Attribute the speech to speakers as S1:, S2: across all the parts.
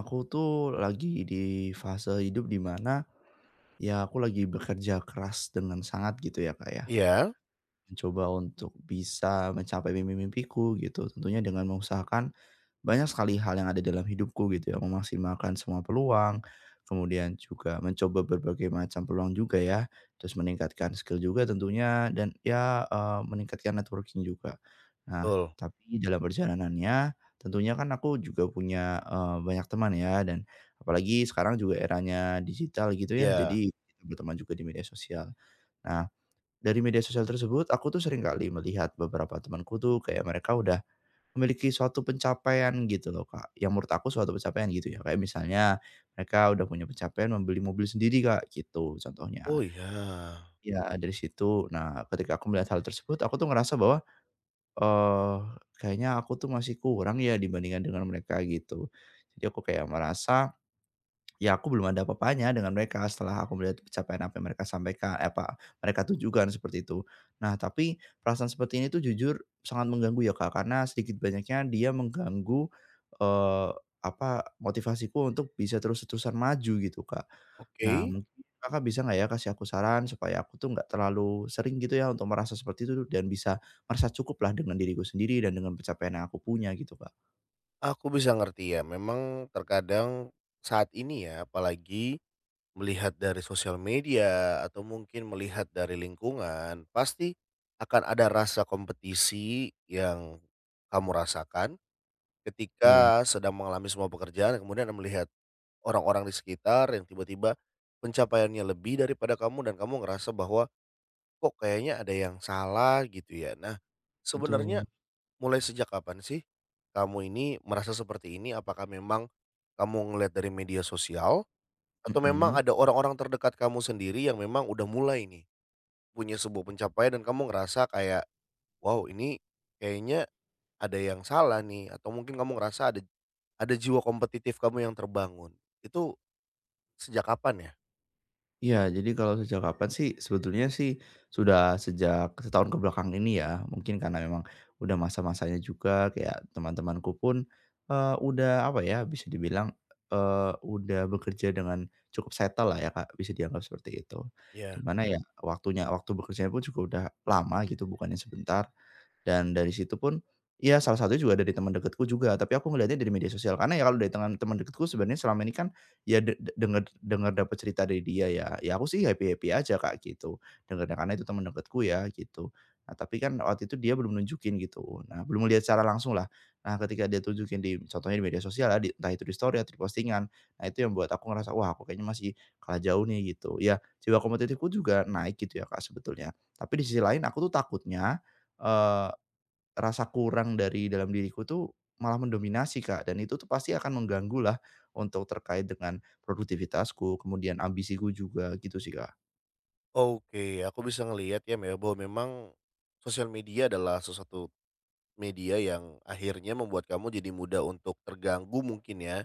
S1: Aku tuh lagi di fase hidup di mana ya aku lagi bekerja keras dengan sangat gitu ya Kak ya.
S2: Iya,
S1: Mencoba untuk bisa mencapai mimpi-mimpiku gitu tentunya dengan mengusahakan banyak sekali hal yang ada dalam hidupku gitu ya, memaksimalkan semua peluang, kemudian juga mencoba berbagai macam peluang juga ya, terus meningkatkan skill juga tentunya dan ya, meningkatkan networking juga. Nah,
S2: betul.
S1: tapi dalam perjalanannya tentunya kan aku juga punya, banyak teman ya dan apalagi sekarang juga eranya digital gitu ya,
S2: Iya.
S1: jadi kita berteman juga di media sosial. Nah, dari media sosial tersebut aku tuh sering kali melihat beberapa temanku tuh kayak mereka udah memiliki suatu pencapaian gitu loh, Kak, yang menurut aku suatu pencapaian gitu ya, kayak misalnya mereka udah punya pencapaian membeli mobil sendiri, Kak, gitu
S2: Oh,
S1: contohnya.
S2: iya.
S1: Ya dari situ, nah ketika aku melihat hal tersebut aku tuh ngerasa bahwa, eee, kayaknya aku tuh masih kurang ya dibandingkan dengan mereka gitu. Jadi aku kayak merasa ya aku belum ada apa-apanya dengan mereka setelah aku melihat pencapaian apa yang mereka sampaikan apa mereka tunjukkan seperti itu. Nah tapi perasaan seperti ini tuh jujur sangat mengganggu ya Kak, karena sedikit banyaknya dia mengganggu, eee, apa, motivasiku untuk bisa terus-terusan maju gitu Kak.
S2: Oke,
S1: Nah mungkin Kakak bisa nggak ya kasih aku saran supaya aku tuh nggak terlalu sering gitu ya untuk merasa seperti itu dan bisa merasa cukuplah dengan diriku sendiri dan dengan pencapaian yang aku punya gitu Kak.
S2: aku bisa ngerti ya, memang terkadang saat ini ya, apalagi melihat dari sosial media atau mungkin melihat dari lingkungan, pasti akan ada rasa kompetisi yang kamu rasakan
S1: Iya,
S2: ketika sedang mengalami semua pekerjaan, kemudian melihat orang-orang di sekitar yang tiba-tiba pencapaiannya lebih daripada kamu dan kamu ngerasa bahwa, "Kok kayaknya ada yang salah?" Gitu ya. Nah,
S1: betul,
S2: sebenarnya mulai sejak kapan sih kamu ini merasa seperti ini? Apakah memang kamu ngelihat dari media sosial atau memang
S1: mhm.
S2: ada orang-orang terdekat kamu sendiri yang memang udah mulai nih punya sebuah pencapaian dan kamu ngerasa kayak, "Wow, ini kayaknya ada yang salah nih," atau mungkin kamu ngerasa ada jiwa kompetitif kamu yang terbangun. Itu sejak kapan ya?
S1: Iya, jadi kalau sejak kapan sih, sebetulnya sih sudah sejak setahun kebelakang ini ya, mungkin karena memang udah masa-masanya juga kayak teman-temanku pun, udah apa ya, bisa dibilang, udah bekerja dengan cukup settle lah ya Kak, bisa dianggap seperti itu.
S2: Ya.
S1: Dimana ya, waktu bekerjanya pun juga udah lama gitu, bukannya sebentar. Dan dari situ pun, ya salah satu juga dari teman dekatku juga, tapi aku ngelihatnya dari media sosial. Karena ya kalau dari teman teman dekatku sebenarnya selama ini kan, ya de de denger denger dapat cerita dari dia ya, ya aku sih happy-happy aja Kak, gitu. Dengernya karena itu teman dekatku ya, gitu. Nah tapi kan waktu itu dia belum nunjukin gitu, nah belum melihat secara langsung lah. Nah ketika dia tunjukin di contohnya di media sosial ya, di entah itu di story atau di postingan, nah itu yang buat aku ngerasa, "Wah aku kayaknya masih kalah jauh nih," gitu. Ya jiwa kompetitifku juga naik gitu ya Kak sebetulnya. Tapi di sisi lain aku tuh takutnya, eh, rasa kurang dari dalam diriku tuh malah mendominasi, Kak, dan itu tuh pasti akan mengganggu lah untuk terkait dengan produktivitasku, kemudian ambisiku juga gitu sih, Kak.
S2: Oke, aku bisa ngelihat ya me bahwa memang sosial media adalah sesuatu media yang akhirnya membuat kamu jadi mudah untuk terganggu mungkin ya?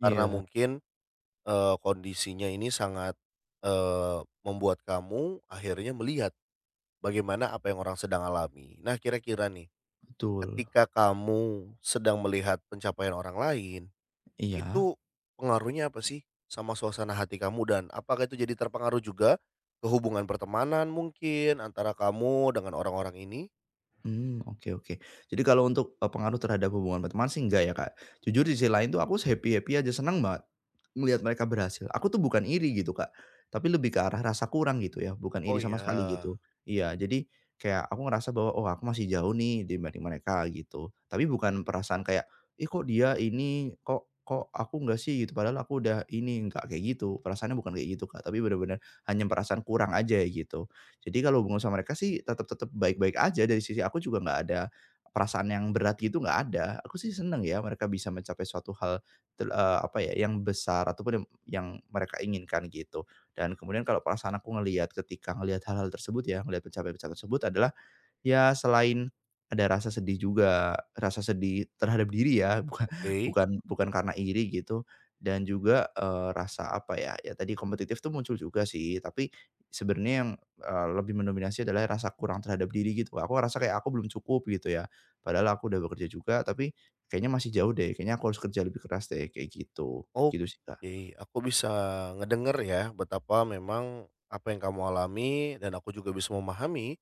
S2: Karena mungkin, kondisinya ini sangat, membuat kamu akhirnya melihat bagaimana apa yang orang sedang alami. Nah, kira-kira nih,
S1: betul.
S2: ketika kamu sedang melihat pencapaian orang lain,
S1: Iya.
S2: itu pengaruhnya apa sih sama suasana hati kamu dan apakah itu jadi terpengaruh juga ke hubungan pertemanan mungkin antara kamu dengan orang-orang ini?
S1: Hmm, oke oke. Jadi kalau untuk, pengaruh terhadap hubungan pertemanan sih enggak ya, Kak. Jujur di sisi lain tuh aku happy-happy aja, seneng banget melihat mereka berhasil. Aku tuh bukan iri gitu, Kak, tapi lebih ke arah rasa kurang gitu ya, bukan
S2: Oh,
S1: iri sama sekali
S2: ya.
S1: gitu. Iya, jadi kayak aku ngerasa bahwa, "Oh, aku masih jauh nih dibanding mereka," gitu. Tapi bukan perasaan kayak, "Ih, kok dia ini, kok kok aku enggak sih?" gitu, padahal aku udah ini, enggak kayak gitu, perasaannya bukan kayak gitu, Kak, tapi benar-benar hanya perasaan kurang aja gitu. Jadi kalau hubungan sama mereka sih tetap-tetap baik-baik aja dari sisi aku juga nggak ada perasaan yang berat gitu nggak ada. Aku sih seneng ya mereka bisa mencapai suatu hal apa ya, yang besar ataupun yang mereka inginkan gitu. Dan kemudian kalau perasaan aku ngelihat ketika ngelihat hal-hal tersebut ya, ngelihat pencapaian-pencapaian tersebut adalah ya selain ada rasa sedih juga, rasa sedih terhadap diri ya, bukan
S2: Oke.
S1: bukan bukan karena iri gitu, dan juga, rasa apa ya, ya tadi kompetitif tuh muncul juga sih, tapi sebenarnya yang, lebih mendominasi adalah rasa kurang terhadap diri gitu. Aku ngerasa kayak aku belum cukup gitu ya, padahal aku udah bekerja juga, tapi kayaknya masih jauh deh, kayaknya aku harus kerja lebih keras deh, kayak gitu. Gitu sih, Kak.
S2: Oke, aku bisa ngedenger ya betapa memang apa yang kamu alami dan aku juga bisa memahami,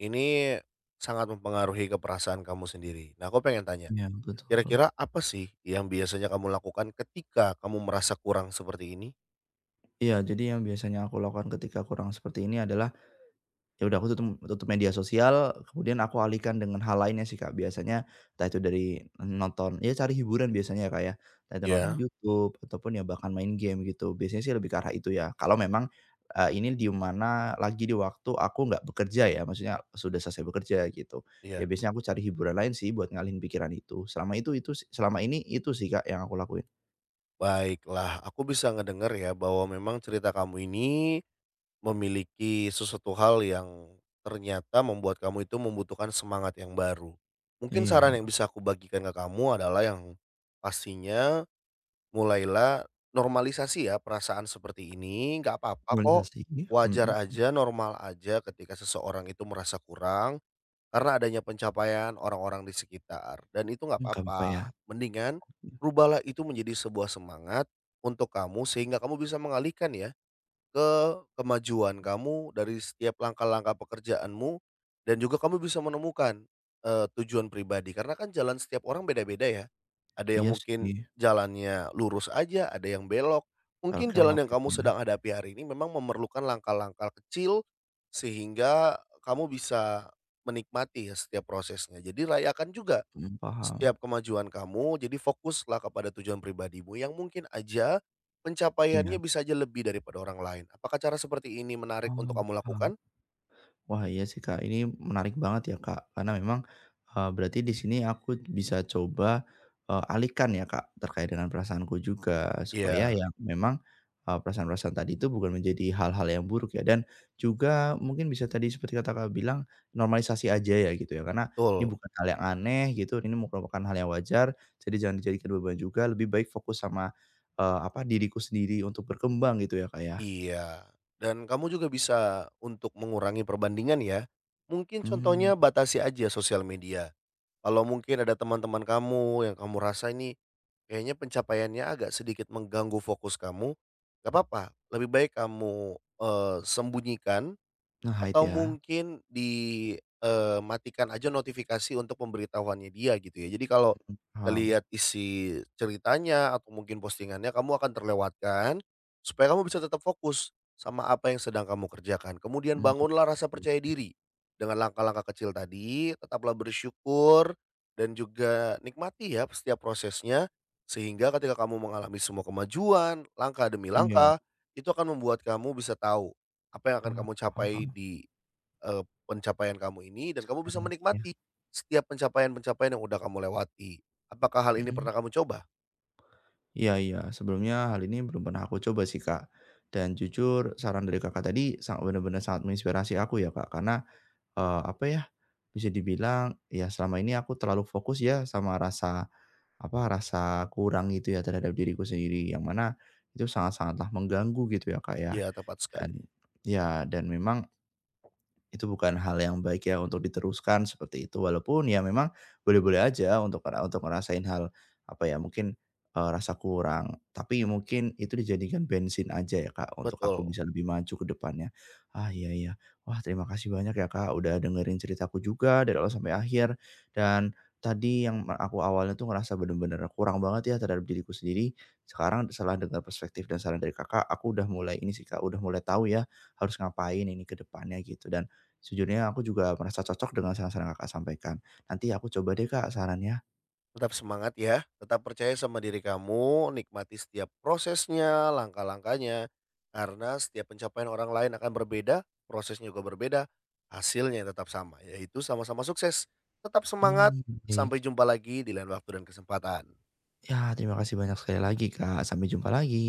S2: ini sangat mempengaruhi ke perasaan kamu sendiri. Nah, aku pengen tanya,
S1: Iya, betul.
S2: kira-kira apa sih yang biasanya kamu lakukan ketika kamu merasa kurang seperti ini?
S1: Iya, jadi yang biasanya aku lakukan ketika kurang seperti ini adalah ya udah aku tutup tutup media sosial, kemudian aku alihkan dengan hal lainnya sih Kak, biasanya entah itu dari nonton ya cari hiburan biasanya ya Kak ya, entah itu nonton
S2: Ya,
S1: YouTube ataupun ya bahkan main game gitu, biasanya sih lebih ke arah itu ya. Kalau memang, ini di mana lagi di waktu aku nggak bekerja ya, maksudnya sudah selesai bekerja gitu.
S2: iya.
S1: Ya biasanya aku cari hiburan lain sih buat ngalihin pikiran itu, selama itu si selama ini itu sih Kak yang aku lakuin.
S2: Baiklah, aku bisa ngedenger ya bahwa memang cerita kamu ini memiliki sesuatu hal yang ternyata membuat kamu itu membutuhkan semangat yang baru. Mungkin saran
S1: Iya,
S2: yang bisa aku bagikan ke kamu adalah yang pastinya mulailah normalisasi ya perasaan seperti ini, nggak apa-apa kok.
S1: normalisasi,
S2: Wajar
S1: mhm,
S2: aja, normal aja ketika seseorang itu merasa kurang karena adanya pencapaian orang-orang di sekitar dan itu nggak
S1: nggak apa-apa ya.
S2: apa-apa. Mendingan rubahlah itu menjadi sebuah semangat untuk kamu sehingga kamu bisa mengalihkan ya ke kemajuan kamu dari setiap langkah-langkah pekerjaanmu dan juga kamu bisa menemukan, tujuan pribadi karena kan jalan setiap orang beda-beda ya. Ada yang
S1: Iya
S2: mungkin
S1: sih,
S2: jalannya lurus aja, ada yang belok. Mungkin jalan
S1: elok-elok
S2: yang
S1: gitu
S2: kamu
S1: ya,
S2: sedang hadapi hari ini memang memerlukan langkah-langkah kecil sehingga kamu bisa menikmati ya setiap prosesnya. Jadi rayakan juga
S1: mhm, paham.
S2: setiap kemajuan kamu, jadi fokuslah kepada tujuan pribadimu yang mungkin aja
S1: Iya.
S2: pencapaiannya bisa aja lebih daripada orang lain. Apakah cara seperti ini menarik untuk
S1: Oh,
S2: kamu
S1: paham.
S2: lakukan?
S1: Wah, iya sih, Kak, ini menarik banget ya, Kak, karena memang, berarti di sini aku bisa coba, alihkan ya, Kak, terkait dengan perasaanku juga, supaya
S2: Iya,
S1: yang memang, perasaan-perasaan tadi itu bukan menjadi hal-hal yang buruk ya, dan juga mungkin bisa tadi seperti kata kak bilang, normalisasi aja ya gitu ya, karena ini
S2: betul.
S1: bukan hal yang aneh gitu, ini merupakan hal yang wajar, jadi jangan dijadikan beban juga, lebih baik fokus sama, apa, diriku sendiri untuk berkembang gitu ya, Kak, ya?
S2: Iya. Dan kamu juga bisa untuk mengurangi perbandingan ya. Mungkin
S1: Hmm,
S2: contohnya batasi aja sosial media. Kalau mungkin ada teman-teman kamu yang kamu rasa ini kayaknya pencapaiannya agak sedikit mengganggu fokus kamu, gak apa-apa. Lebih baik kamu eh, sembunyikan.
S1: nah
S2: Atau
S1: itu ya.
S2: mungkin di, matikan aja notifikasi untuk pemberitahuannya dia gitu ya. Jadi kalau
S1: Paham,
S2: ngelihat isi ceritanya atau mungkin postingannya kamu akan terlewatkan, supaya kamu bisa tetap fokus sama apa yang sedang kamu kerjakan. Kemudian
S1: mmm,
S2: bangunlah rasa percaya
S1: oke,
S2: diri dengan langkah-langkah kecil tadi, tetaplah bersyukur dan juga nikmati ya setiap prosesnya, sehingga ketika kamu mengalami semua kemajuan, langkah demi
S1: iya,
S2: langkah, itu akan membuat kamu bisa tahu apa yang akan
S1: eee,
S2: kamu capai
S1: paham
S2: di, eee, pencapaian kamu ini dan kamu
S1: kayak
S2: bisa
S1: nanti ya,
S2: menikmati setiap pencapaian-pencapaian yang udah kamu lewati. Apakah hal ini
S1: mhm,
S2: pernah kamu coba?
S1: iya iya, sebelumnya hal ini belum pernah aku coba sih, Kak, dan jujur saran dari Kakak tadi sangat benar-benar sangat menginspirasi aku ya, Kak, karena, apa ya, bisa dibilang ya selama ini aku terlalu fokus ya sama rasa, apa, rasa kurang gitu ya terhadap diriku sendiri yang mana itu sangat-sangatlah mengganggu gitu ya, Kak,
S2: Iya, tepat
S1: dan
S2: sekali.
S1: ya dan memang itu bukan hal yang baik ya untuk diteruskan seperti itu, walaupun ya memang boleh-boleh aja untuk ngerasain hal, apa ya, mungkin, rasa kurang, tapi mungkin itu dijadikan bensin aja ya, Kak, untuk aku
S2: Betul.
S1: bisa lebih maju ke depannya. Ah, iya iya. Wah, terima kasih banyak ya, Kak, udah dengerin ceritaku juga dari awal sampai akhir, dan tadi yang aku awalnya tuh ngerasa bener-bener kurang banget ya terhadap diriku sendiri, sekarang setelah dengar perspektif dan saran dari Kakak, aku udah mulai ini sih, Kak, udah mulai tahu ya harus ngapain ini ke depannya gitu dan sejujurnya aku juga merasa cocok dengan saran-saran Kakak sampaikan. Nanti aku coba deh Kak sarannya.
S2: Tetap semangat ya, tetap percaya sama diri kamu, nikmati setiap prosesnya, langkah-langkahnya, karena setiap pencapaian orang lain akan berbeda, prosesnya juga berbeda, hasilnya tetap sama, yaitu sama-sama sukses. Tetap semangat,
S1: Mmm,
S2: sampai
S1: baik.
S2: jumpa lagi di lain waktu dan kesempatan.
S1: Ya terima kasih banyak sekali lagi Kak, sampai jumpa lagi.